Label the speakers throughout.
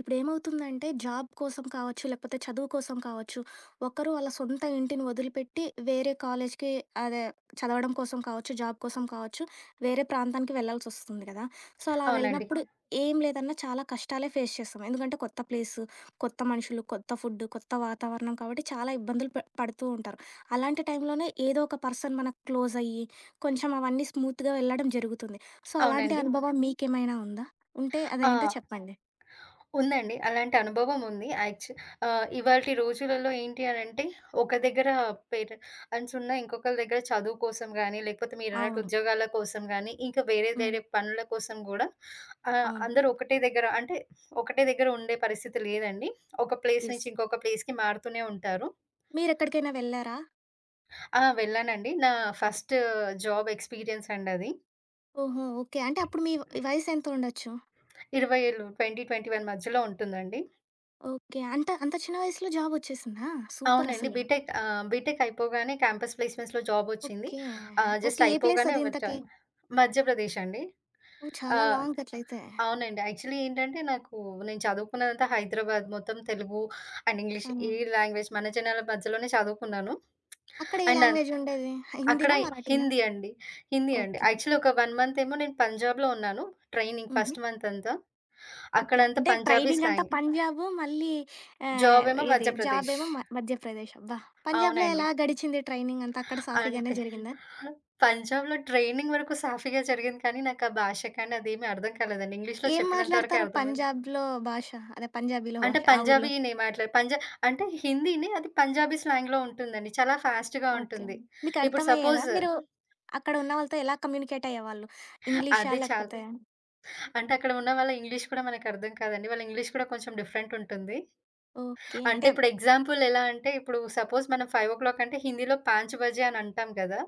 Speaker 1: ఇప్పుడేమవుతుందంటే job కోసం కావచ్చు, లేకపోతే చదువు కోసం కావచ్చు, ఒక్కరు వాళ్ళ సొంత ఇంటిని వదిలిపెట్టి వేరే కాలేజ్‌కి అదే చదవడం కోసం కావచ్చు, జాబ్ కోసం కావచ్చు, వేరే ప్రాంతానికి వెళ్ళాల్సొస్తుంది కదా! సో, అలా
Speaker 2: అవునండి.
Speaker 1: వెళ్ళినప్పుడు అవును. ఏం లేదన్నా చాలా కష్టాలే ఫేస్ చేస్తాం. ఎందుకంటే కొత్త ప్లేసు, కొత్త మనుషులు, కొత్త ఫుడ్, కొత్త వాతావరణం కాబట్టి చాలా ఇబ్బందులు పడుతూ ఉంటారు. అలాంటి టైంలోనే ఏదో ఒక పర్సన్ మనకు క్లోజ్ అయ్యి, కొంచెం అవన్నీ స్మూత్‌గా వెళ్ళడం జరుగుతుంది. సో, అలాంటి
Speaker 2: అవునండి.
Speaker 1: అనుభవం అవునండి. మీకేమైనా ఉందా? ఉంటే అదేంటో
Speaker 2: ఆ!
Speaker 1: చెప్పండి?
Speaker 2: ఉందండి. అలాంటి అనుభవం ఉంది. ఇవాల్టి రోజులలో ఏంటి అనంటే, ఒక దగ్గర పేరెంట్స్ ఉన్న ఇంకొకళ్ళ దగ్గర చదువు కోసం గానీ, లేకపోతే మీరన్నట్టు
Speaker 1: అవును.
Speaker 2: ఉద్యోగాల కోసం గానీ, ఇంకా వేరే
Speaker 1: హ్మ్.
Speaker 2: వేరే పనుల కోసం గూడా
Speaker 1: అవును.
Speaker 2: అందరూ ఒకటే దగ్గర అంటే, ఒకటే దగ్గర ఉండే పరిస్థితి లేదండి. ఒక ప్లేస్
Speaker 1: యెస్.
Speaker 2: నుంచి ఇంకొక ప్లేస్‌కి మారుతూనే ఉంటారు.
Speaker 1: మీరెక్కడికైనా వెళ్లారా?
Speaker 2: వెళ్ళానండి. ఫస్ట్ జాబ్ ఎక్స్‌పీరియన్స్ అండి అది.
Speaker 1: ఓహో! ఓకే. అంటే అప్పుడు మీ వయసెంత ఉండొచ్చు?
Speaker 2: 20 ఏళ్ళు 20, 21 మధ్యలో ఉంటుందండి.
Speaker 1: ఓకే. అంత అంత చిన్న వయసులో జాబొచ్చేసిందా? సూపర్
Speaker 2: అవునండి.
Speaker 1: అసలు.
Speaker 2: బీటెక్ అయిపోగానే క్యాంపస్ ప్లేస్‌మెంట్స్‌లో జాబొచ్చింది.
Speaker 1: ఓకే.
Speaker 2: Just
Speaker 1: okay. ఏ ప్లేస్
Speaker 2: అయిపోగానే
Speaker 1: అది ఇంతకి?
Speaker 2: వచ్చాను. మధ్యప్రదేశ్ అండి.
Speaker 1: ఓహ్! చాలా
Speaker 2: ఆహ్,
Speaker 1: లాంగ్ అట్లయితే.
Speaker 2: అవునండి. యాక్చువల్లీ ఏంటంటే నాకు నేను చదువుకున్నదంతా హైదరాబాద్ మొత్తం తెలుగు అండ్ ఇంగ్లీష్
Speaker 1: ఆ!
Speaker 2: ఈ లాంగ్వేజ్ మన జనాల మధ్యలోనే చదువుకున్నాను.
Speaker 1: అక్కడ ఏ
Speaker 2: అండ్ అన్
Speaker 1: లాంగ్వేజ్ ఉండేది?
Speaker 2: అక్కడ
Speaker 1: హిందీనా? మరాఠీనా?
Speaker 2: హిందీ అండి. హిందీ అండి.
Speaker 1: ఓకే.
Speaker 2: యాక్చువల్లీ ఒక 1 మంత్ ఏమో నేను పంజాబ్‌లో ఉన్నాను. ట్రైనింగ్
Speaker 1: హుహు.
Speaker 2: ఫస్ట్ మంత్ అంతా.
Speaker 1: ఓకే.
Speaker 2: అక్కడంతా
Speaker 1: అంటే
Speaker 2: పంజాబీ
Speaker 1: ట్రైనింగ్ అంతా
Speaker 2: స్లాంగ్.
Speaker 1: పంజాబు మళ్ళీ
Speaker 2: జాబ్ ఏమో
Speaker 1: ఏది
Speaker 2: మధ్యప్రదేశ్.
Speaker 1: జాబేమో మధ్యప్రదేశ్. అబ్బా! పంజాబ్‌లో
Speaker 2: అవునండి.
Speaker 1: ఎలా గడిచింది ట్రైనింగ్ అంతా? అక్కడ సాఫీగానే
Speaker 2: అంటే
Speaker 1: జరిగిందా?
Speaker 2: పంజాబ్‌లో ట్రైనింగ్ వరకు సాఫీగా జరిగింది కానీ, నాకు ఆ భాష కానీ అదేమీ అర్థం కాలేదండి. ఇంగ్లీష్‌లో
Speaker 1: ఏం
Speaker 2: చెప్పినంత వరకే
Speaker 1: మాట్లాడతారు
Speaker 2: అర్థమైంది.
Speaker 1: పంజాబ్‌లో భాష? అదే పంజాబీలో
Speaker 2: అంటే
Speaker 1: భాష ఆ ఊర్లో?
Speaker 2: పంజాబీని మాట్లా పంజా అంటే హిందీని అది పంజాబీ స్లాంగ్‌లో ఉంటుందండి. చాలా ఫాస్ట్‌గా
Speaker 1: ఓకే.
Speaker 2: ఉంటుంది. ఇప్పుడు
Speaker 1: మీకర్థమయ్యేదా?
Speaker 2: సపోజ్
Speaker 1: మీరు అక్కడ ఉన్న వాళ్ళతో ఎలా కమ్యూనికేట్ అయ్యేవాళ్ళు? ఇంగ్లీషా?
Speaker 2: అది చాలు.
Speaker 1: లేకపోతే
Speaker 2: అంటే అక్కడ ఉన్న వాళ్ళ ఇంగ్లీష్ కూడా మనకు అర్థం కాదండి. వాళ్ళ ఇంగ్లీష్ కూడా కొంచెం డిఫరెంట్ ఉంటుంది.
Speaker 1: ఓకే.
Speaker 2: అంటే
Speaker 1: అంటే
Speaker 2: ఇప్పుడు ఎగ్జాంపుల్ ఎలా అంటే, ఇప్పుడు సపోజ్ మనం 5 అంటే హిందీలో 5 బజే అని అంటాం కదా!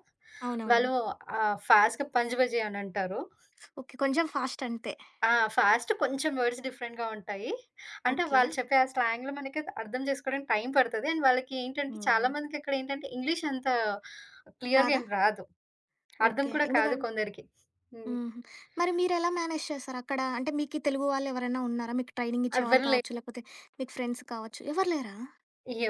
Speaker 1: అవునవును.
Speaker 2: వాళ్ళు ఫాస్ట్‌గా 5 బజే అని అంటారు.
Speaker 1: ఓకే. కొంచెం ఫాస్ట్ అంతే.
Speaker 2: ఫాస్ట్ కొంచెం వర్డ్స్ డిఫరెంట్‌గా ఉంటాయి. అంటే
Speaker 1: ఓకే.
Speaker 2: వాళ్ళు చెప్పే ఆ స్లాంగ్‌లో మనకి అర్థం చేసుకోవడానికి టైం పడతది. అండ్ వాళ్ళకి ఏంటంటే చాలా
Speaker 1: హ్మ్.
Speaker 2: మందికి ఇక్కడ ఏంటంటే ఇంగ్లీష్ అంత క్లియర్‌గా
Speaker 1: రాదా?
Speaker 2: ఏం రాదు. అర్థం
Speaker 1: ఓకే.
Speaker 2: కూడా కాదు
Speaker 1: ఎందుకన్
Speaker 2: కొందరికి. హ్మ్.
Speaker 1: హుహు. మరి మీరెలా మేనేజ్ చేశారు అక్కడ? అంటే మీకీ తెలుగు వాళ్ళెవరైనా ఉన్నారా? మీకు ట్రైనింగ్ ఇచ్చేవాళ్ళు
Speaker 2: ఎవ్వరు లే
Speaker 1: కావచ్చు, లేకపోతే మీకు ఫ్రెండ్స్ కావచ్చు. ఎవరు లేరా?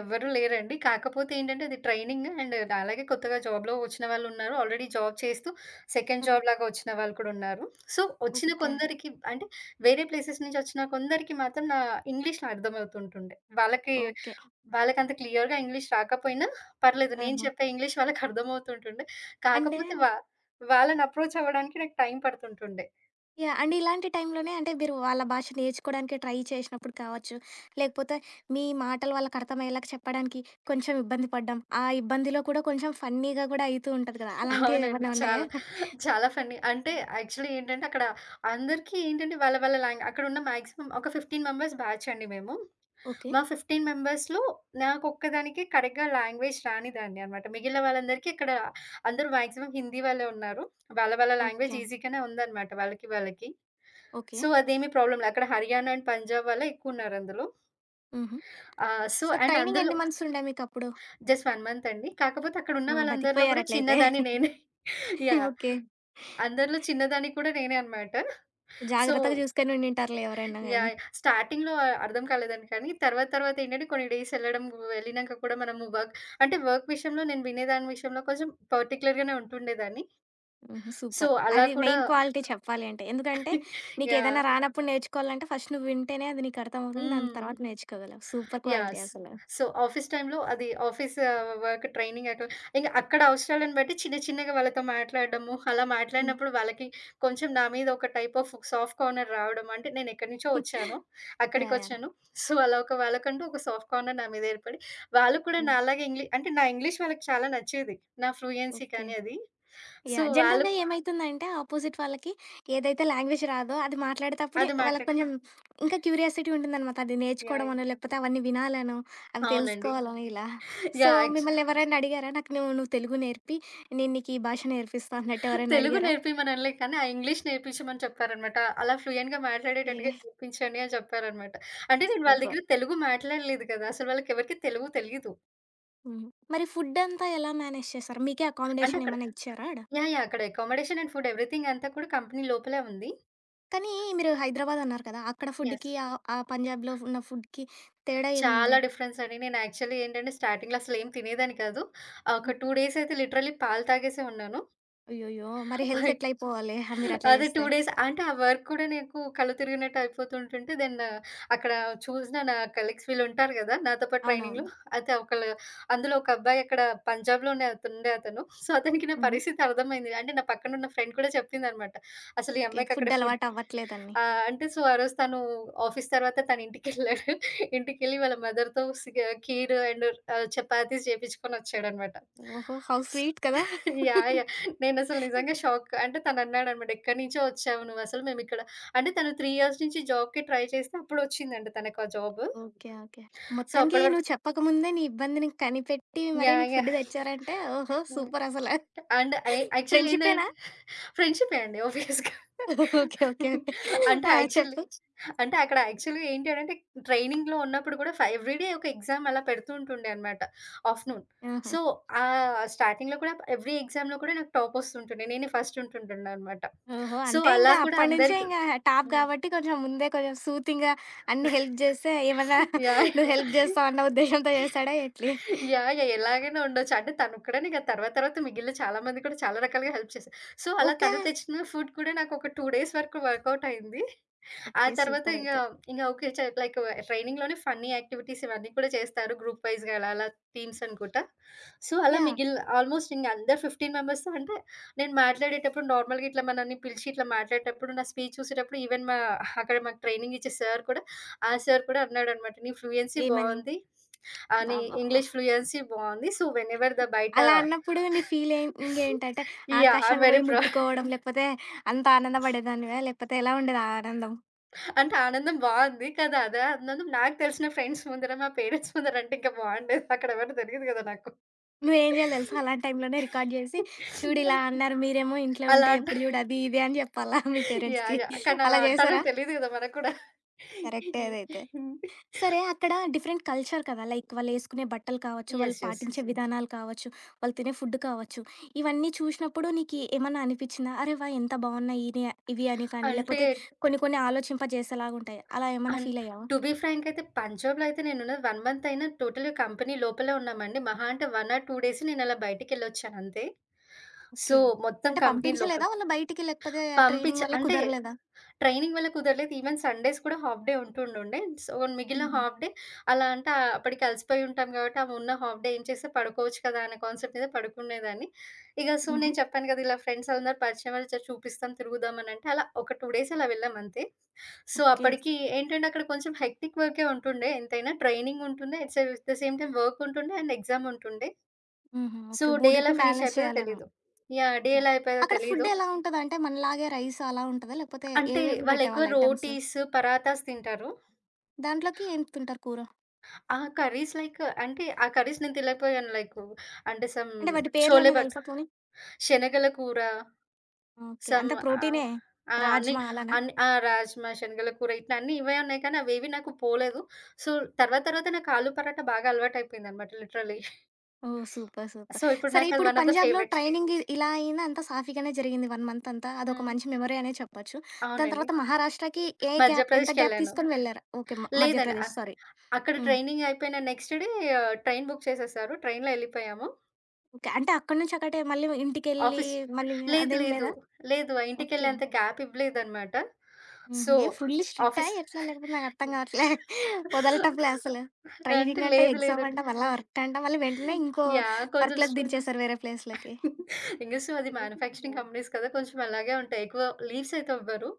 Speaker 2: ఎవ్వరు లేరండి. కాకపోతే ఏంటంటే అది ట్రైనింగ్ అండ్ అలాగే కొత్తగా జాబ్‌లో వచ్చిన వాళ్ళున్నారు. ఆల్రెడీ జాబ్ చేస్తూ సెకండ్
Speaker 1: ఆ!
Speaker 2: జాబ్ లాగా వచ్చిన వాళ్ళు కూడా ఉన్నారు. సో, వచ్చిన
Speaker 1: ఓకే.
Speaker 2: కొందరికి అంటే వేరే ప్లేసెస్ నుంచి వచ్చిన కొందరికి మాత్రం ఇంగ్లీష్‌లో అర్థమవుతుంటుండే.
Speaker 1: ఓకే.
Speaker 2: వాళ్ళకంత క్లియర్‌గా ఇంగ్లీష్ రాకపోయినా పర్లేదు. నేను
Speaker 1: ఆహా!
Speaker 2: చెప్పే ఇంగ్లీష్ వాళ్ళకర్థమవుతుంటుండే.
Speaker 1: అంటే
Speaker 2: కాకపోతే వా వాళ్ళని అప్రోచ్ అవ్వడానికి నాకు టైం పడుతుంటుండే.
Speaker 1: యాహ్! అండ్ ఇలాంటి టైంలోనే అంటే మీరు వాళ్ళ భాష నేర్చుకోవడానికి ట్రై చేసినప్పుడు కావచ్చు, లేకపోతే మీ మాటలు వాళ్ళకర్థమయ్యేలాగా చెప్పడానికి కొంచెం ఇబ్బంది పడ్డం. ఆ ఇబ్బందిలో కూడా కొంచెం ఫన్నీగా కూడా అయితూ ఉంటది కదా!
Speaker 2: అవునండి.
Speaker 1: అలాంటివేమన్నా ఉన్నాయా?
Speaker 2: చాలా, చాలా ఫన్నీ. అంటే యాక్చువల్లీ ఏంటంటే అక్కడ అందరికీ ఏంటంటే వాళ్ళ వాళ్ళ లాంగ్ అక్కడున్న మాక్సిమం ఒక 15 మెంబర్స్ బ్యాచ్ అండి మేము.
Speaker 1: ఓకే.
Speaker 2: మా 15 మెంబర్స్‌లో నాకొక్కదానికే కరెక్ట్‌గా లాంగ్వేజ్ రానిదాన్ని అనమాట. మిగిలిన వాళ్ళందరికీ ఇక్కడ అందరూ మాక్సిమం హిందీ వాళ్ళే ఉన్నారు. వాళ్ళ వాళ్ళ లాంగ్వేజ్
Speaker 1: ఓకే.
Speaker 2: ఈజీగానే ఉందనమాట వాళ్ళకి వాళ్ళకి.
Speaker 1: ఓకే.
Speaker 2: సో, అదేమి ప్రాబ్లమ్ లే. అక్కడ హర్యానా అండ్ పంజాబ్ వాళ్ళే ఎక్కువున్నారందులో.
Speaker 1: హుహు.
Speaker 2: ఆహ్, సో,
Speaker 1: సో,
Speaker 2: అండ్
Speaker 1: ట్రైనింగ్
Speaker 2: అందులో
Speaker 1: ఎన్ని మంత్స్ ఉండే మీకప్పుడు?
Speaker 2: జస్ట్ 1 మంత్ అండి. కాకపోతే అక్కడున్న
Speaker 1: హ్మ్.
Speaker 2: వాళ్ళందరిలో గూడా
Speaker 1: బతికిపోయారట్లయితే.
Speaker 2: చిన్నదాన్ని నేనే. యాహ్!
Speaker 1: ఓకే.
Speaker 2: అందరిలో చిన్నదాన్ని కూడా నేనే అనమాట. సో,
Speaker 1: జాగ్రత్తగా చూసుకొని ఉండింటారులే ఎవరైనా గాని.
Speaker 2: యాహ్! స్టార్టింగ్‌లో అర్థం కాలేదండి. కానీ తర్వాత తర్వాత ఏంటంటే కొన్ని డేస్ ఎళ్ళడం, వెళ్ళినంక కూడా మనము వర్క్ విషయంలో నేను వినేదాని విషయంలో కొంచెం పర్టిక్యులర్‌గానే ఉంటుండేదాన్ని.
Speaker 1: హుహు.
Speaker 2: So,
Speaker 1: super.
Speaker 2: అలా
Speaker 1: అది
Speaker 2: కూడా
Speaker 1: మెయిన్ క్వాలిటీ చెప్పాలి అంటే. ఎందుకంటే
Speaker 2: యాహ్!
Speaker 1: నీకేదైనా రానప్పుడు నేర్చుకోవాలంటే ఫస్ట్ నువ్వు వింటేనే అది నీకు అర్థమవుతుంది. దాని
Speaker 2: హ్మ్.
Speaker 1: తర్వాత నేర్చుకోగలవు. సూపర్ క్వాలిటీ
Speaker 2: యాస్.
Speaker 1: అసలు.
Speaker 2: సో, ఆఫీస్ టైమ్‌లో వర్క్ ట్రైనింగ్ అట్లా ఇంక అక్కడ అవసరాలను బట్టి చిన్న చిన్నగా వాళ్ళతో మాట్లాడడము, అలా
Speaker 1: హ్మ్.
Speaker 2: మాట్లాడినప్పుడు వాళ్ళకి కొంచెం నా మీద ఒక టైప్ ఆఫ్ సాఫ్ట్ కార్నర్ రావడం. అంటే నేను ఎక్కడి నుంచో వచ్చాను.
Speaker 1: యాహ్! యాహ్!
Speaker 2: అక్కడికొచ్చాను. సో, అలా ఒక వాళ్ళకంటూ ఒక సాఫ్ట్ కార్నర్ నా మీద ఏర్పడి, వాళ్ళు కూడా
Speaker 1: హ్మ్.
Speaker 2: నాలాగే ఇంగ్లీ అంటే నా ఇంగ్లీష్ వాళ్ళకి చాలా నచ్చేది. నా ఫ్లూయెన్సీ
Speaker 1: ఓకే.
Speaker 2: కానీ అది. So,
Speaker 1: yeah!
Speaker 2: వాళ్ళు
Speaker 1: జనరల్‌గా ఏమైతుందంటే ఆపోజిట్ వాళ్ళకి ఏదైతే లాంగ్వేజ్ రాదో అది మాట్లాడేటప్పుడే
Speaker 2: అది
Speaker 1: వాళ్ళకి
Speaker 2: మాట్లాడు
Speaker 1: కొంచెం ఇంకా క్యూరియాసిటీ ఉంటుందనమాట. అది
Speaker 2: యాహ్! యాహ్!
Speaker 1: నేర్చుకోవడమనో, లేకపోతే అవన్నీ వినాలనో, అవి
Speaker 2: అవునండి.
Speaker 1: తెలుసుకోవాలనో ఇలా. So,
Speaker 2: yeah!
Speaker 1: మిమ్మల్ని ఎవరైనా అడిగారా? నాకు నువ్వు నువ్వు తెలుగు నేర్పి నేను నీకు ఈ భాష నేర్పిస్తా అన్నట్టు ఎవరైనా
Speaker 2: తెలుగు
Speaker 1: అడిగారా?
Speaker 2: నేర్పిమననలే కానీ, ఆ ఇంగ్లీష్ నేర్పించమని చెప్పారనమాట. అలా ఫ్లూయెంట్‌గా
Speaker 1: ఓకే.
Speaker 2: మాట్లాడేటట్టుగా నేర్పించండి అని చెప్పారనమాట. అంటే నేను వాళ్ళ
Speaker 1: సూపర్.
Speaker 2: దగ్గర తెలుగు మాట్లాడలేదు కదా! అసలు వాళ్ళకెవరికీ తెలుగు తెలీదు.
Speaker 1: హ్మ్. మరి ఫుడ్డంతా ఎలా మేనేజ్ చేశారు? మీకే
Speaker 2: అంటే
Speaker 1: అకామిడేషన్
Speaker 2: అక్కడ
Speaker 1: ఏమన్నా ఇచ్చారా ఆడ?
Speaker 2: యాహ్! యాహ్! అక్కడ అకామోడేషన్ అండ్ ఫుడ్ ఎవ్రీథింగ్ అంతా కూడా కంపెనీ లోపలే ఉంది.
Speaker 1: కానీ మీరు హైదరాబాద్ అన్నారు కదా! అక్కడ
Speaker 2: యెస్.
Speaker 1: ఫుడ్‌కి ఆ పంజాబ్‌లో ఉన్న ఫుడ్‌కి తేడా
Speaker 2: చాలా
Speaker 1: ఏముంది?
Speaker 2: డిఫరెన్స్ అండి. నేను యాక్చువల్లీ ఏంటంటే స్టార్టింగ్‌లో అసలేం తినేదాన్ని కాదు. ఒక
Speaker 1: హ్మ్.
Speaker 2: 2 డేస్ అయితే లిటరల్లీ పాలు తాగేసే ఉన్నాను.
Speaker 1: అయ్యయ్యో! మరి హెల్త్ ఎట్లయిపోవాలి మీరట్లా
Speaker 2: అదే 2
Speaker 1: చేస్తే?
Speaker 2: డేస్ అంటే ఆ వర్క్ కూడా నీకు కళ్ళు తిరిగినట్టు అయిపోతుంటుంటే, అక్కడ చూసిన నా కలీగ్స్ వీళ్ళుంటారు గదా! నాతో పాటు
Speaker 1: అవునవును.
Speaker 2: ట్రైనింగ్‌లో. అయితే ఒకళ్ళు అందులో ఒక అబ్బాయి అక్కడ పంజాబ్‌లోనే అతుండే అతను. సో, అతనికి నా
Speaker 1: హుహు.
Speaker 2: పరిస్థితి అర్థమైంది. అంటే నా పక్కనున్న ఫ్రెండ్ కూడా చెప్పిందనమాట. అసలు ఈ
Speaker 1: ఓకే.
Speaker 2: అమ్మాయికి అక్కడ
Speaker 1: ఫుడ్
Speaker 2: ఫుడ్
Speaker 1: అలవాటు అవ్వట్లేదని.
Speaker 2: ఆహ్, అంటే సో, ఆ రోజు తను ఆఫీస్ తర్వాత తను ఇంటికెళ్ళాడు. ఇంటికెళ్ళి వాళ్ళ మదర్‌తో ఖీర్ అండ్ చపాతీస్ చేపిచ్చుకొనొచ్చాడనమాట.
Speaker 1: ఓహో! హౌ స్వీట్ కదా!
Speaker 2: యాహ్! నేనసలు నిజంగా షాక్. అంటే తనన్నాడనమాట, "ఎక్కడి నుంచో వచ్చావు నువ్వసలు మేమిక్కడ". అంటే తను 3 ఇయర్స్ నుంచి జాబ్‌కి ట్రై చేస్తే అప్పుడొచ్చిందంట తనకా జాబు.
Speaker 1: ఓకే. ఓకే.
Speaker 2: సో,
Speaker 1: మొత్తానికి
Speaker 2: అప్పటి వరకు
Speaker 1: నువ్వు చెప్పకముందే నీ ఇబ్బందిని కనిపెట్టి మరి
Speaker 2: యాహ్!
Speaker 1: నీకు ఫుడ్
Speaker 2: యాహ్!
Speaker 1: తెచ్చారంటే ఓహో!
Speaker 2: హ్మ్.
Speaker 1: సూపరసల.
Speaker 2: And a actually ఏందం
Speaker 1: ఫ్రెండ్‌షిపేనా?
Speaker 2: ఫ్రెండ్‌షిపే అండి ఆబ్వియస్‌గా.
Speaker 1: ఓకే. ఓకే. ఓకే.
Speaker 2: అంటే
Speaker 1: ఆ!
Speaker 2: యాక్చువల్లీ
Speaker 1: చెప్పు.
Speaker 2: అంటే అక్కడ యాక్చువల్‌గా ఏంటి అనంటే ట్రైనింగ్‌లో ఉన్నప్పుడు కూడా ఎవ్రీడే ఒక ఎగ్జామ్ అలా పెడుతూ ఉంటుండే అనమాట ఆఫ్టర్‌నూన్.
Speaker 1: ఆహా!
Speaker 2: సో, స్టార్టింగ్‌లో కూడా ఎవ్రీ ఎగ్జామ్‌లో కూడా నాకు టాప్ వస్తుంటుండే. నేనే ఫస్ట్ ఉంటుంటుండే అనమాట.
Speaker 1: ఓహో!
Speaker 2: సో,
Speaker 1: అంటే
Speaker 2: అలా
Speaker 1: ఇంకా
Speaker 2: కూడా
Speaker 1: అప్పటి నుంచే
Speaker 2: అందరికి
Speaker 1: ఇంగ టాప్
Speaker 2: హ్మ్.
Speaker 1: గాబట్టి కొంచెం ముందే కొంచెం సూతింగ్‌గా అన్ని హెల్ప్ జేస్తే ఏమన్నా
Speaker 2: యాహ్!
Speaker 1: నువ్వు హెల్ప్ జేస్తావు అన్న ఉద్దేశ్యంతో జేస్తాడా ఎట్లి?
Speaker 2: యాహ్! యాహ్! ఎలాగైనా ఉండొచ్చు. అంటే తనొక్కడనే కాదు తర్వాత తర్వాత మిగిలిన చాలా మంది కూడా చాలా రకాలుగా హెల్ప్ చేశారు. సో, అలా
Speaker 1: ఓకే.
Speaker 2: తను తెచ్చిన ఫుడ్ కూడా నాకు ఒక 2 డేస్ వరకు వర్కౌట్ అయింది. ఆ
Speaker 1: ఓకే.
Speaker 2: తర్వాత
Speaker 1: సూపర్
Speaker 2: ఇంగ,
Speaker 1: అయితే.
Speaker 2: ఇంగ ఓకే. లైక్ ట్రైనింగ్‌లోనే ఫన్నీ యాక్టివిటీస్ ఇవన్నీ కూడా చేస్తారు. గ్రూప్ వైస్‌గా అలా అలా టీమ్స్ అనుకుంటా. సో, అలా
Speaker 1: యాహ్!
Speaker 2: మిగిలిన ఆల్మోస్ట్ అందరు 15 మెంబర్స్‌తో అంటే నేను మాట్లాడేటప్పుడు నార్మల్‌గా ఇట్లా మనల్ని పిలిచి ఇట్లా మాట్లాడేటప్పుడు నా స్పీచ్ చూసేటప్పుడు ఈవెన్ మా అక్కడ మాకు ట్రైనింగ్ ఇచ్చే సార్ కూడా ఆ సార్ కూడా అన్నాడనమాట. "నీ ఫ్లూయెన్సీ
Speaker 1: ఏమని?
Speaker 2: బావుంది. నీ
Speaker 1: అబ్బబ్బబ్బా!
Speaker 2: ఇంగ్లీష్ ఫ్లూయెన్సీ బావుంది. సో, వెనెవర్ ద బయట".
Speaker 1: అలా అన్నప్పుడు నీ ఫీలింగ్ ఏంటంటే
Speaker 2: యాహ్! ఐ యామ్
Speaker 1: ఆకాశాన్ని
Speaker 2: వెరీ
Speaker 1: బోయి
Speaker 2: ప్రౌడ్.
Speaker 1: ముట్టుకోవడం లేకపోతే అంత ఆనందపడేదానివా? లేకపోతే ఎలా ఉండేది ఆ ఆనందం?
Speaker 2: అంటే ఆనందం బావుంది. కదా అదా ఆనందం నాకు తెలిసిన ఫ్రెండ్స్ ముందర, మా పేరెంట్స్ ముందర అంటే ఇంకా బావుండేది. అక్కడ ఎవరు దొరికిదు కదా నాకు.
Speaker 1: నువ్వేం జేయాలో తెలుసా? అలాంటి టైంలోనే రికార్డ్ జేసి చూడు ఇలా అన్నారు మీరేమో ఇంట్లో
Speaker 2: అలా
Speaker 1: ఉంటే
Speaker 2: అంట
Speaker 1: ఎప్పుడు జూడు అది ఇది అని జెప్పాలా మీ
Speaker 2: యాహ్!
Speaker 1: పేరెంట్స్‌కి.
Speaker 2: యాహ్! కానీ అలా
Speaker 1: అలా
Speaker 2: అంటారని
Speaker 1: జేశారా?
Speaker 2: తెలీదు కదా మనకు కూడా.
Speaker 1: కరెక్టే అదైతే. సరే అక్కడ డిఫరెంట్ కల్చర్ కదా! లైక్ వాళ్ళేసుకునే బట్టలు కావచ్చు, వాళ్ళు
Speaker 2: యెస్. యెస్.
Speaker 1: పాటించే విధానాలు కావచ్చు, వాళ్ళు తినే ఫుడ్ కావచ్చు. ఇవన్నీ చూషినప్పుడు నీకీ ఏమన్నా అనిపిచ్చిందా? అరె! వాహ్! ఎంత బావున్నాయి ఇని ఇవి అని కానీ,
Speaker 2: అంటే
Speaker 1: లేకపోతే కొన్ని కొన్ని ఆలోచింపజేసేలాగుంటాయి. అలా ఏమన్నా
Speaker 2: అన్
Speaker 1: ఫీలయ్యావా?
Speaker 2: టు బీ ఫ్రాంక్ అయితే పంజాబ్‌లో అయితే నేనున్నది 1 మంత్ అయినా టోటల్‌గా కంపెనీ లోపలే ఉన్నామండి. మహా అంటే 1 ఆర్ 2 డేస్ నేను అలా బయటికెళ్ళొచ్చాను అంతే. So,
Speaker 1: okay.
Speaker 2: మొత్తం
Speaker 1: అంటే
Speaker 2: కంపెనీ లోపల.
Speaker 1: పంపించలేదా వాళ్ళు బయటికి? లేకపోతే
Speaker 2: పంపించ
Speaker 1: ట్రైనింగ్ వల్ల
Speaker 2: అంటే
Speaker 1: కుదరలేదా?
Speaker 2: ట్రైనింగ్ వల్ల కుదరలేదు. ఈవెన్ సండేస్ కూడా హాఫ్ డే ఉంటుండుండే. సో, మిగిలిన
Speaker 1: హుహు.
Speaker 2: హాఫ్ డే అలా అంటే అప్పటికి అలసిపోయి ఉంటాం కాబట్టి, ఆ ఉన్న హాఫ్ డే ఏం చేస్తే పడుకోవచ్చు కదా అనే కాన్సెప్ట్ మీద పడుకునేదాన్ని. ఇక సో,
Speaker 1: హుహు.
Speaker 2: నేను చెప్పాను కదా! ఇలా ఫ్రెండ్స్ అందరూ పరిచయం వాళ్ళు చూపిస్తాం, తిరుగుదాం అని అంటే, అలా ఒక 2 డేస్ అలా వెళ్ళాం అంతే. So,
Speaker 1: okay.
Speaker 2: అప్పటికి ఏంటంటే అక్కడ కొంచెం హెక్టిక్ వర్కే ఉంటుండే. ఎంతైనా ట్రైనింగ్ ఉంటుండే. At say the same time work ఉంటుండే అండ్ ఎగ్జామ్ ఉంటుండే.
Speaker 1: హుహు.
Speaker 2: So,
Speaker 1: okay.
Speaker 2: డే ఎలా
Speaker 1: మూడిటిని
Speaker 2: ఫినిష్
Speaker 1: బ్యాలెన్స్
Speaker 2: అయిపోయేదో
Speaker 1: చేయాలేమో.
Speaker 2: తెలీదు. యాహ్! Day
Speaker 1: yeah!
Speaker 2: ఎలా అయిపోయేదో
Speaker 1: అక్కడ
Speaker 2: తెలీదు.
Speaker 1: ఫుడ్ ఎలా ఉంటదంటే మనలాగే రైస్ అలా ఉంటదా? లేకపోతే
Speaker 2: అంటే
Speaker 1: ఏవేవి
Speaker 2: వాళ్ళు ఎక్కువ
Speaker 1: పెట్టేవాళ్ళు ఐటమ్స్?
Speaker 2: రోటీస్, పరాతాస్ తింటారు.
Speaker 1: దాంట్లోకి ఏం తింటారు కూర?
Speaker 2: ఆ! ఆ కర్రీస్ నేను తినలేకపోయాను. లైకు అంటే సమ్
Speaker 1: అంటే వాటి
Speaker 2: చోలే
Speaker 1: పేర్లన్నా
Speaker 2: బట్
Speaker 1: తెలుసా పోనీ?
Speaker 2: శనగల కూర,
Speaker 1: ఓకే.
Speaker 2: సమ్
Speaker 1: అంతా
Speaker 2: ఆహ్,
Speaker 1: ప్రోటీనే.
Speaker 2: ఆ! అన్నీ
Speaker 1: రాజ్మా అలానా?
Speaker 2: అన్ని ఆ! రాజ్మా, శనగల కూర ఇట్లా అన్నీ ఇవే ఉన్నాయి కానీ, అవేవి నాకు పోలేదు. సో, తర్వాత తర్వాత నాకు ఆలు పరాటా బాగా అలవాటయిపోయిందనమాట literally.
Speaker 1: Oh! Super. Super.
Speaker 2: So, ఇప్పుడు
Speaker 1: సరే
Speaker 2: నాకది
Speaker 1: ఇప్పుడు
Speaker 2: వన్ ఆఫ్ ద
Speaker 1: పంజాబ్‌లో
Speaker 2: ఫేవరెట్.
Speaker 1: ట్రైనింగ్ ఇలా అయింది. అంతా సాఫీగానే జరిగింది 1 మంత్ అంతా. అదొక
Speaker 2: హ్మ్.
Speaker 1: మంచి మెమరీ అనే చెప్పొచ్చు. దాని
Speaker 2: అవునండి.
Speaker 1: తర్వాత మహారాష్ట్రకి ఏ గ్యాప్ ఎంత గ్యాప్
Speaker 2: మధ్యప్రదేశ్‌కెళ్ళాను.
Speaker 1: తీసుకొని వెళ్లారు? ఓకే.
Speaker 2: లేదండి.
Speaker 1: మధ్యప్రదేశ్ సారీ.
Speaker 2: అక్కడ
Speaker 1: హ్మ్.
Speaker 2: ట్రైనింగ్ అయిపోయిన నెక్స్ట్ డే ట్రైన్ బుక్ చేసేసారు. ట్రైన్‌లో ఎళ్ళిపోయాము.
Speaker 1: ఓకే. అంటే అక్కడి నుంచి ఒకటే మళ్ళీ ఇంటికెళ్ళి
Speaker 2: ఆఫీస్
Speaker 1: మళ్ళీ
Speaker 2: లేదు.
Speaker 1: అదేం
Speaker 2: లేదు.
Speaker 1: లేదా?
Speaker 2: ఆ
Speaker 1: ఓకే.
Speaker 2: ఇంటికెళ్ళేంత గ్యాప్ ఇవ్వలేదనమాట.
Speaker 1: హుహు.
Speaker 2: సో,
Speaker 1: ఏం ఫుల్లీ స్ట్రిక్టా
Speaker 2: ఆఫీస్
Speaker 1: ఎట్లా? లేకపోతే నాకు అర్థం కావట్లే. వదలటంలే అసలు.
Speaker 2: అంటే
Speaker 1: ట్రైనింగ్ అంట,
Speaker 2: లేదు.
Speaker 1: ఎగ్జామ్
Speaker 2: లేదు.
Speaker 1: అంట, మళ్ళా వర్క్ అంట, మళ్ళీ వెంటనే ఇంకో
Speaker 2: యాహ్! కొంచెం స్
Speaker 1: వర్క్‌లోకి దించేసారు వేరే ప్లేస్‌లోకి.
Speaker 2: ఇంక సో, అది మ్యానుఫ్యాక్చరింగ్ కంపెనీస్ కదా! కొంచెం అలాగే ఉంటాయి. ఎక్కువ లీవ్స్ అయితే ఇవ్వరు.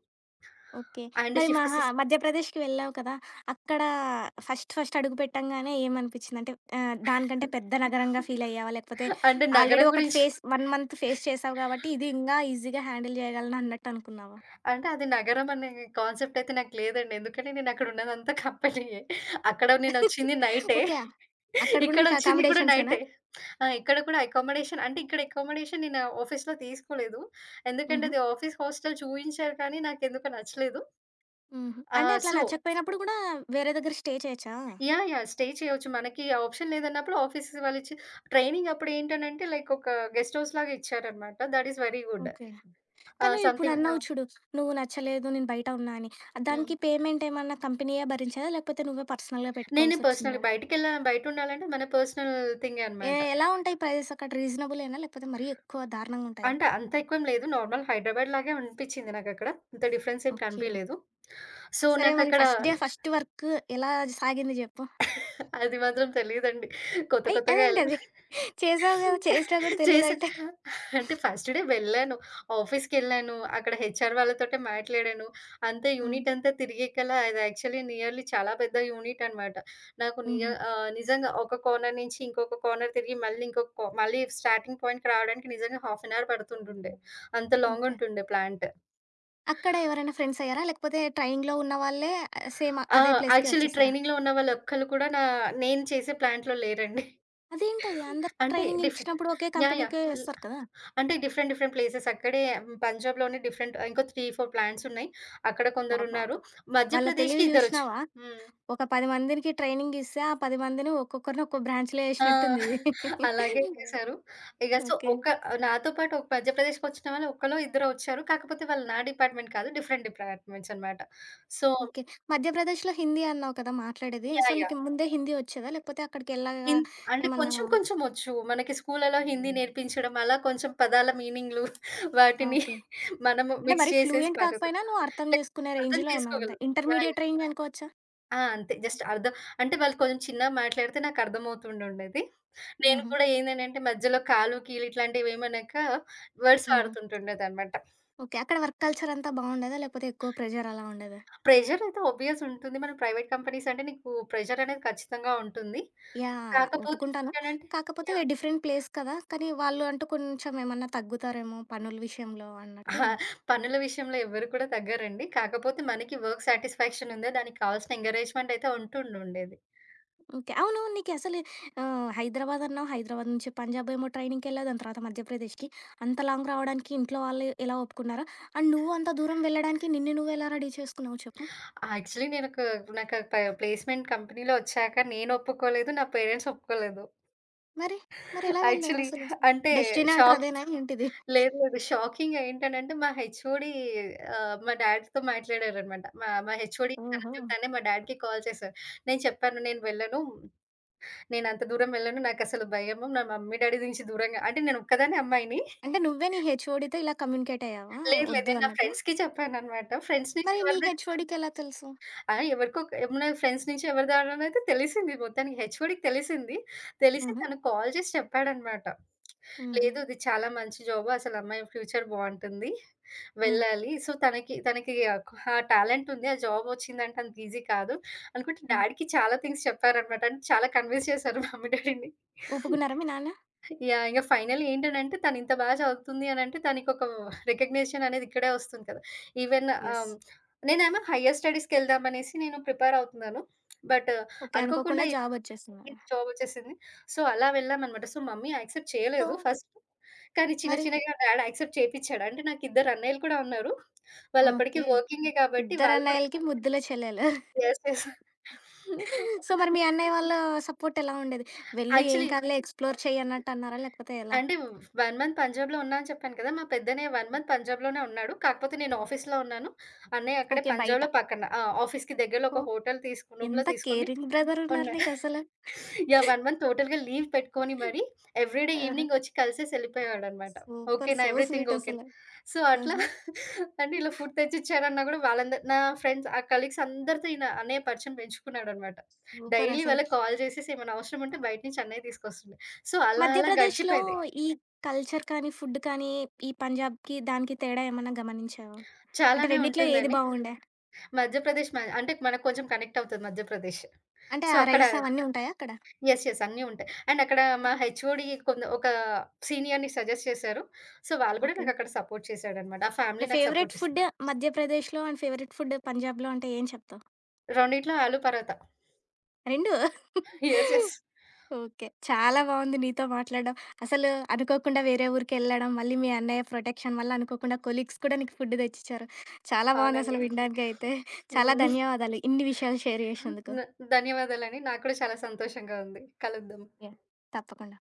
Speaker 1: ఓకే.
Speaker 2: అండ్
Speaker 1: మరి
Speaker 2: షిఫ్ట్ సిస్
Speaker 1: మధ్యప్రదేశ్‌కి వెళ్ళావు కదా! అక్కడ ఫస్ట్ ఫస్ట్ అడుగు పెట్టంగానే ఏమనిపిచ్చింది? అంటే దానికంటే పెద్ద నగరంగా ఫీలయ్యావా? లేకపోతే
Speaker 2: అంటే
Speaker 1: ఆల్రెడీ
Speaker 2: నగరం
Speaker 1: ఒకటి
Speaker 2: గురించి
Speaker 1: ఫేస్ 1 మంత్ ఫేస్ చేసావు కాబట్టి, ఇది ఇంగా ఈజీగా హ్యాండిల్ చేయగలను అన్నట్టు అనుకున్నావా?
Speaker 2: అంటే అది నగరం అనే కాన్సెప్ట్ అయితే నాకు లేదండి. ఎందుకంటే నేనక్కడ ఉన్నదంతా కంపెనీయే. అక్కడ నేనొచ్చింది నైటే.
Speaker 1: ఓకే. అక్కడ గూడా మీకు
Speaker 2: ఇక్కడొచ్చింది కూడా
Speaker 1: అకామిడేషన్సేనా?
Speaker 2: నైటే. ఇక్కడ కూడా అకామోడేషన్ అంటే ఇక్కడ అకామోడేషన్ నేను ఆఫీస్‌లో తీసుకోలేదు. ఎందుకంటే
Speaker 1: హుహు.
Speaker 2: అది ఆఫీస్ హాస్టల్ చూయించారు కానీ నాకెందుకో నచ్చలేదు.
Speaker 1: హుహు. అంటే
Speaker 2: ఆహ్,
Speaker 1: అట్లా
Speaker 2: సో
Speaker 1: నచ్చకపోయినప్పుడు గూడా వేరే దగ్గర స్టే చేయొచ్చా?
Speaker 2: యాహ్! యాహ్! స్టే చేయొచ్చు. మనకి ఆ ఆప్షన్ లేదన్నప్పుడు ఆఫీస్ వాళ్ళిచ్చి ట్రైనింగ్ అప్పుడు ఏంటనంటే లైక్ ఒక గెస్ట్ హౌస్‌లాగా ఇచ్చారనమాట. That is very good.
Speaker 1: Okay.
Speaker 2: Ah,
Speaker 1: కానీ
Speaker 2: సంథింగ్ ఆ!
Speaker 1: ఇప్పుడన్నావు చూడు, నువ్వు నచ్చలేదు, నేను బయట ఉన్నా అని.
Speaker 2: హ్మ్.
Speaker 1: దానికి పేమెంట్ ఏమన్నా కంపెనీయే భరించేదా? లేకపోతే నువ్వే పర్సనల్‌గా
Speaker 2: నేనే పర్సనల్‌గా
Speaker 1: పెట్టుకోవాల్సొచ్చిందా?
Speaker 2: బయటికెళ్ళా బయటుండాలంటే మన పర్సనల్ థింగే
Speaker 1: ఏ
Speaker 2: అనమాట.
Speaker 1: ఎలా ఉంటాయి ప్రైజెస్ అక్కడ రీజనబులేనా? లేకపోతే మరీ ఎక్కువ దారుణంగా ఉంటాయా?
Speaker 2: అంటే అంత ఎక్కువేం లేదు. నార్మల్ హైదరాబాద్ లాగే అనిపించింది నాకక్కడ. అంత డిఫరెన్స్ ఏం
Speaker 1: ఓకే.
Speaker 2: కనిపియలేదు. సో,
Speaker 1: సరే మరి
Speaker 2: నాకక్కడ
Speaker 1: ఫస్ట్ డే, ఫస్ట్ వర్క్ ఎలా సాగింది జెప్పు?
Speaker 2: అది మాత్రం తెలీదండి. కొత్త
Speaker 1: అయ్!
Speaker 2: కొత్తగా ఎళ్ళా.
Speaker 1: అదేంటది? చేసావు గదా! చేసినా గూడా
Speaker 2: చేశాను.
Speaker 1: తెలీదంటే?
Speaker 2: అంటే ఫస్ట్ డే వెళ్ళాను. ఆఫీస్‌కెళ్ళాను. అక్కడ హెచ్ఆర్ వాళ్ళతోటే మాట్లాడాను. అంతా
Speaker 1: హ్మ్.
Speaker 2: యూనిట్ అంతా తిరిగే కల్లా అది యాక్చువల్లీ నియర్‌లీ చాలా పెద్ద యూనిట్ అనమాట. నాకు నియ
Speaker 1: హుహు.
Speaker 2: నిజంగా ఒక కార్నర్ నుంచి ఇంకొక కార్నర్ తిరిగి మళ్ళీ ఇంకొక కా మళ్ళీ స్టార్టింగ్ పాయింట్‌కి రావడానికి నిజంగా హాఫ్ అన్ అవర్ పడుతుంటుండే. అంత లాంగ్
Speaker 1: ఓకే.
Speaker 2: ఉంటుండే ప్లాంట్.
Speaker 1: అక్కడ ఎవరైనా ఫ్రెండ్స్ అయ్యారా? లేకపోతే ట్రైన్‌లో ఉన్న వాళ్ళే సేమ్
Speaker 2: ఆ!
Speaker 1: అదే ప్లేస్‌కే
Speaker 2: యాక్చువల్లీ
Speaker 1: వచ్చేసారా?
Speaker 2: ట్రైనింగ్‌లో ఉన్న వాళ్ళు ఒక్కళ్ళు కూడా నేను చేసే ప్లాంట్‌లో లేరండి.
Speaker 1: అదేంటది? అందరికి
Speaker 2: అంటే
Speaker 1: ట్రైనింగ్
Speaker 2: డిఫరెంట్
Speaker 1: ఇచ్చినప్పుడు ఒకే
Speaker 2: యాహ్! యాహ్!
Speaker 1: కంపెనీకే వేస్తారు కదా!
Speaker 2: అంటే డిఫరెంట్ డిఫరెంట్ ప్లేసెస్ అక్కడే హ్మ్. పంజాబ్‌లోనే డిఫరెంట్ ఇంకో 3, 4 ప్లాంట్స్ ఉన్నాయి. అక్కడ కొందరున్నారు.
Speaker 1: అబ్బబ్బబ్బా! వాళ్ళ
Speaker 2: మధ్యప్రదేశ్‌కి
Speaker 1: తెలివి
Speaker 2: ఇద్దరొచ్చారు.
Speaker 1: జూషినావా?
Speaker 2: హ్మ్.
Speaker 1: ఒక 10 మందినికి ట్రైనింగ్ ఇస్తే, ఆ 10 మందిని ఒక్కొక్కరిని ఒక్కో బ్రాంచ్‌లో
Speaker 2: ఆ!
Speaker 1: ఏసినట్టుందిది.
Speaker 2: అలాగే చేశారు. ఇగ సో,
Speaker 1: ఓకే.
Speaker 2: ఒక నాతో పాటు ఒక మధ్యప్రదేశ్‌కొచ్చిన వాళ్ళు ఒకళ్ళో, ఇద్దరో వచ్చారు. కాకపోతే వాళ్ళు నా డిపార్ట్‌మెంట్ కాదు. డిఫరెంట్ డిపార్ట్‌మెంట్స్ అన్నమాట. So
Speaker 1: okay. మధ్యప్రదేశ్‌లో హిందీ అన్నావు కదా! మాట్లాడేది. So,
Speaker 2: yeah! యాహ్!
Speaker 1: నీకు ముందే హిందీ వచ్చేదా? లేకపోతే అక్కడికెళ్ళగా
Speaker 2: హిన్ అంటే
Speaker 1: ఏమన్నా
Speaker 2: కొంచెం కొంచెం వచ్చు. మనకి స్కూల్‌లలో హిందీ నేర్పించడం అలా కొంచెం పదాల మీనింగ్‌లు
Speaker 1: ఆ!
Speaker 2: వాటిని
Speaker 1: ఓకే.
Speaker 2: మనము
Speaker 1: అంటే
Speaker 2: మిక్స్
Speaker 1: మరీ
Speaker 2: చేసేసి
Speaker 1: ఫ్లూయెంట్
Speaker 2: పాడతారు.
Speaker 1: కాకపోయినా నువ్వు అర్థం
Speaker 2: లైక్
Speaker 1: జేసుకునే
Speaker 2: అర్థం
Speaker 1: రేంజ్‌లో ఉన్నావంతే.
Speaker 2: చేసుకోగలం. యాహ్! యాహ్!
Speaker 1: ఇంటర్మీడియేట్ రేంజ్ అనుకోవచ్చా?
Speaker 2: ఆ! అంతే. జస్ట్ అర్థం అంటే వాళ్ళు కొంచెం చిన్నగా మాట్లాడితే నాకర్థమవుతుండుండేది. నేను
Speaker 1: హుహు.
Speaker 2: కూడా ఏందనంటే మధ్యలో కాలు, కీలు ఇట్లాంటివేమనక వర్డ్స్
Speaker 1: హుహు.
Speaker 2: వాడుతుంటుండేదనమాట.
Speaker 1: ఓకే. అక్కడ వర్క్ కల్చర్ అంతా బావుండేదా? లేకపోతే ఎక్కువ ప్రెషర్ అలా ఉండేదా?
Speaker 2: ప్రెషర్ అయితే ఆబ్వియస్ ఉంటుంది. మన ప్రైవేట్ కంపెనీస్ అంటే నీకు ప్రెషర్ అనేది ఖచ్చితంగా ఉంటుంది.
Speaker 1: యాహ్!
Speaker 2: కాకపోతే
Speaker 1: ఒప్పుకుంటాను.
Speaker 2: ఏంటనంటే
Speaker 1: కాకపోతే డిఫరెంట్ ప్లేస్ కదా! కానీ వాళ్ళు అంటూ కొంచెం ఏమన్నా తగ్గుతారేమో పనుల విషయంలో అన్నట్టు.
Speaker 2: యాహ్! పనుల విషయంలో ఎవ్వరు కూడా తగ్గరండి. కాకపోతే మనకి వర్క్ సాటిస్ఫాక్షన్ ఉందా, దానికి కావాల్సిన ఎంకరేజ్‌మెంట్ అయితే ఉంటుండుండేది.
Speaker 1: ఓకే. అవును. నీకసలు హైదరాబాద్ అన్నావు. హైదరాబాద్ నుంచి పంజాబ్ ఏమో ట్రైనింగ్‌కెళ్ళావు. దాని తర్వాత మధ్యప్రదేశ్‌కి. అంత లాంగ్ రావడానికి ఇంట్లో వాళ్ళు ఎలా ఒప్పుకున్నారు? అండ్ నువ్వు అంత దూరం వెళ్ళడానికి నిన్ను నువ్వెలా రెడీ చేసుకున్నావు చెప్పు?
Speaker 2: ఆహ్, యాక్చువల్లీ నేనొక నాకు ప ప్లేస్‌మెంట్ కంపెనీలో ఒచ్చాక నేను ఒప్పుకోలేదు. నా పేరెంట్స్ ఒప్పుకోలేదు.
Speaker 1: మరి? మరెలా వెళ్ళావు
Speaker 2: యాక్చువల్లీ
Speaker 1: అసలు?
Speaker 2: అంటే
Speaker 1: డెస్టినీ అంటారు
Speaker 2: షాక్
Speaker 1: అదేనా ఏంటిది?
Speaker 2: లేదు. లేదు. షాకింగ్ ఏంటనంటే మా డ్యాడీతో మాట్లాడారనమాట. మా మా హెచ్‌ఓడి
Speaker 1: ఓహో!
Speaker 2: తనంతట తానే మా డ్యాడీకి కాల్ చేశారు. నేను చెప్పాను, "నేను వెళ్ళను. నేనంత దూరం వెళ్ళను. నాకసలు భయము. నా మమ్మీ, డ్యాడీ నుంచి దూరంగా". అంటే నేను ఒక్కదాన్నే అమ్మాయిని.
Speaker 1: అంటే నువ్వే నీ హెచ్ఓడితో ఇలా కమ్యూనికేట్ అయ్యావా?
Speaker 2: లేదు లేదు.
Speaker 1: ఒద్దు
Speaker 2: నేను నా
Speaker 1: అన్నట్టు.
Speaker 2: ఫ్రెండ్స్‌కి చెప్పాననమాట. ఫ్రెండ్స్ నుంచి
Speaker 1: మరి మీ
Speaker 2: ఎవరి దగ్గర
Speaker 1: హెచ్ఓడికెలా తెలుసు?
Speaker 2: ఆ! ఎవరికో ఏమన్నా ఫ్రెండ్స్ నుంచి ఎవరి ద్వారానైతే తెలిసింది. మొత్తానికి హెచ్ఓడికి తెలిసింది. తెలిసి
Speaker 1: హుహు.
Speaker 2: తను కాల్ చేసి చెప్పాడనమాట.
Speaker 1: హుహు.
Speaker 2: లేదు ఇది చాలా మంచి జాబు. అసలు అమ్మాయి ఫ్యూచర్ బావుంటుంది.
Speaker 1: హ్మ్.
Speaker 2: వెళ్ళాలి. సో, తనకి తనకి ఆ టాలెంట్ ఉంది. ఆ జాబ్ వచ్చిందంటే అంత ఈజీ కాదు అనుకుంటే
Speaker 1: హ్మ్.
Speaker 2: డ్యాడీకి చాలా థింగ్స్ చెప్పారనమాట. అంటే చాలా కన్విన్స్ చేశారు మమ్మీ డ్యాడీని.
Speaker 1: ఒప్పుకున్నారా మీ నాన్న?
Speaker 2: యాహ్! ఇంక ఫైనల్ ఏంటనంటే తనింత బా చదువుతుంది అనంటే తనకొక రికగ్నిషన్ అనేది ఇక్కడే వస్తుంది కదా! Even
Speaker 1: yes.
Speaker 2: ఆహ్, నేనేమో హైయర్ స్టడీస్‌కెళ్దామనేసి నేను ప్రిపేర్ అవుతున్నాను. But
Speaker 1: okay.
Speaker 2: అనుకోకుండా
Speaker 1: అనుకోకుండా జాబొచ్చేసిందా?
Speaker 2: ఇది జాబొచ్చేసింది. సో, అలా వెళ్ళామనమాట. సో, మమ్మీ యాక్సెప్ట్
Speaker 1: సో
Speaker 2: చేయలేదు ఫస్ట్. కానీ చిన్న
Speaker 1: మరి
Speaker 2: చిన్నగా డ్యాడ్ యాక్సెప్ట్ చేపిచ్చాడు. అంటే నాకిద్దరు అన్నయ్యలు కూడా ఉన్నారు. వాళ్ళప్పటికి
Speaker 1: ఓకే.
Speaker 2: వర్కింగే కాబట్టి వాళ్ళు కూడా
Speaker 1: ఇద్దరన్నయ్యలకి ముద్దుల చెల్లెలు.
Speaker 2: యెస్. యెస్.
Speaker 1: సో, మరి మీ అన్నయ్య వాళ్ళ సపోర్ట్ ఎలా ఉండేది? వెళ్ళు ఏం
Speaker 2: యాక్చువల్లీ
Speaker 1: కాదులే ఎక్స్‌ప్లోర్ చెయ్యి అన్నట్టు అన్నారా? లేకపోతే ఎలా?
Speaker 2: అంటే 1 మంత్ పంజాబ్‌లో ఉన్నా అని చెప్పాను కదా! మా పెద్దన్నయ్య 1 మంత్ పంజాబ్‌లోనే ఉన్నాడు. కాకపోతే నేను ఆఫీస్‌లో ఉన్నాను. అన్నయ్య అక్కడే
Speaker 1: ఓకే. బయట.
Speaker 2: పంజాబ్‌లో పక్కన ఆ! ఆఫీస్‌కి దగ్గరలో ఒక
Speaker 1: ఓహ్!
Speaker 2: హోటల్ తీసుకు రూమ్‌లో
Speaker 1: ఎంత
Speaker 2: తీసుకొని
Speaker 1: కేరింగ్ బ్రదర్ ఉన్నారు
Speaker 2: ఉన్నాడు.
Speaker 1: నీకసలు.
Speaker 2: యాహ్! 1 మంత్ టోటల్‌గా లీవ్ పెట్టుకొని మరి ఎవ్రీడే
Speaker 1: ఆహా!
Speaker 2: ఈవినింగ్ వచ్చి కలిసేసి ఎళ్ళిపోయేవాడనమాట.
Speaker 1: సూపర్.
Speaker 2: ఓకేనా?
Speaker 1: సో
Speaker 2: ఎవ్రీథింగ్
Speaker 1: స్వీట్ అసల.
Speaker 2: ఓకేనా? సో, అట్లా
Speaker 1: ఆహా!
Speaker 2: అంటే ఇలా ఫుడ్ తెచ్చిచ్చారన్నా గూడా వాళ్ళందరు నా ఫ్రెండ్స్ ఆ కలీగ్స్ అందరితో ఈయన అన్నయ్య పరిచయం పెంచుకున్నాడనమాట.
Speaker 1: సూపర్
Speaker 2: డైలీ
Speaker 1: అసలు.
Speaker 2: వాళ్ళకి కాల్ చేసేసి ఏమైనా అవసరం ఉంటే బయట నుంచి అన్నయ్య తీసుకొస్తుండే. సో, అలా అలా
Speaker 1: మధ్యప్రదేశ్‌లో
Speaker 2: గడిచిపోయేది.
Speaker 1: ఈ కల్చర్ కానీ, ఫుడ్ కానీ, ఈ పంజాబ్‌కి దానికి తేడా ఏమన్నా గమనించావా? అంటే
Speaker 2: చాలానే
Speaker 1: రెండిట్లో ఏది
Speaker 2: ఉంటుందండి.
Speaker 1: బాగుండే?
Speaker 2: మధ్యప్రదేశ్ మ అంటే మనకు కొంచెం కనెక్ట్ అవుతది మధ్యప్రదేశ్.
Speaker 1: అంటే
Speaker 2: సో,
Speaker 1: ఆ
Speaker 2: అక్కడ
Speaker 1: రైస్ అవన్నీ ఉంటాయా అక్కడ?
Speaker 2: యెస్. యెస్. అన్నీ ఉంటాయి. అండ్ అక్కడ మా హెచ్ఓడి ఒక సీనియర్‌ని సజెస్ట్ చేశారు. సో, వాళ్ళు గూడా
Speaker 1: ఓకే.
Speaker 2: నాకక్కడ సపోర్ట్ చేశాడనమాట. ఆ ఫ్యామిలీ
Speaker 1: మరి
Speaker 2: నాకు సపోర్ట్
Speaker 1: ఫేవరెట్ ఫుడ్
Speaker 2: చేసింది.
Speaker 1: మధ్యప్రదేశ్‌లో అండ్ ఫేవరెట్ ఫుడ్ పంజాబ్‌లో అంటే ఏం చెప్తావు?
Speaker 2: రెండిట్లో ఆలు పరాటా.
Speaker 1: 2
Speaker 2: యెస్. యెస్.
Speaker 1: ఓకే. చాలా బావుంది నీతో మాట్లాడడం. అసలు అనుకోకుండా వేరే ఊరికెళ్ళడం, మళ్ళీ మీ అన్నయ్య ప్రొటెక్షన్ వల్ల అనుకోకుండా కొలీగ్స్ కూడా నీకు ఫుడ్ తెచ్చిచ్చారు. చాలా
Speaker 2: అవునండి.
Speaker 1: బావుందసలు వినడానికైతే. చాలా
Speaker 2: హ్మ్.
Speaker 1: ధన్యవాదాలు ఇన్ని విషయాలు షేర్ చేసినందుకు.
Speaker 2: న ధన్యవాదాలండి. నాకు కూడా చాలా సంతోషంగా ఉంది. కలుద్దాం.
Speaker 1: యాహ్! తప్పకుండా.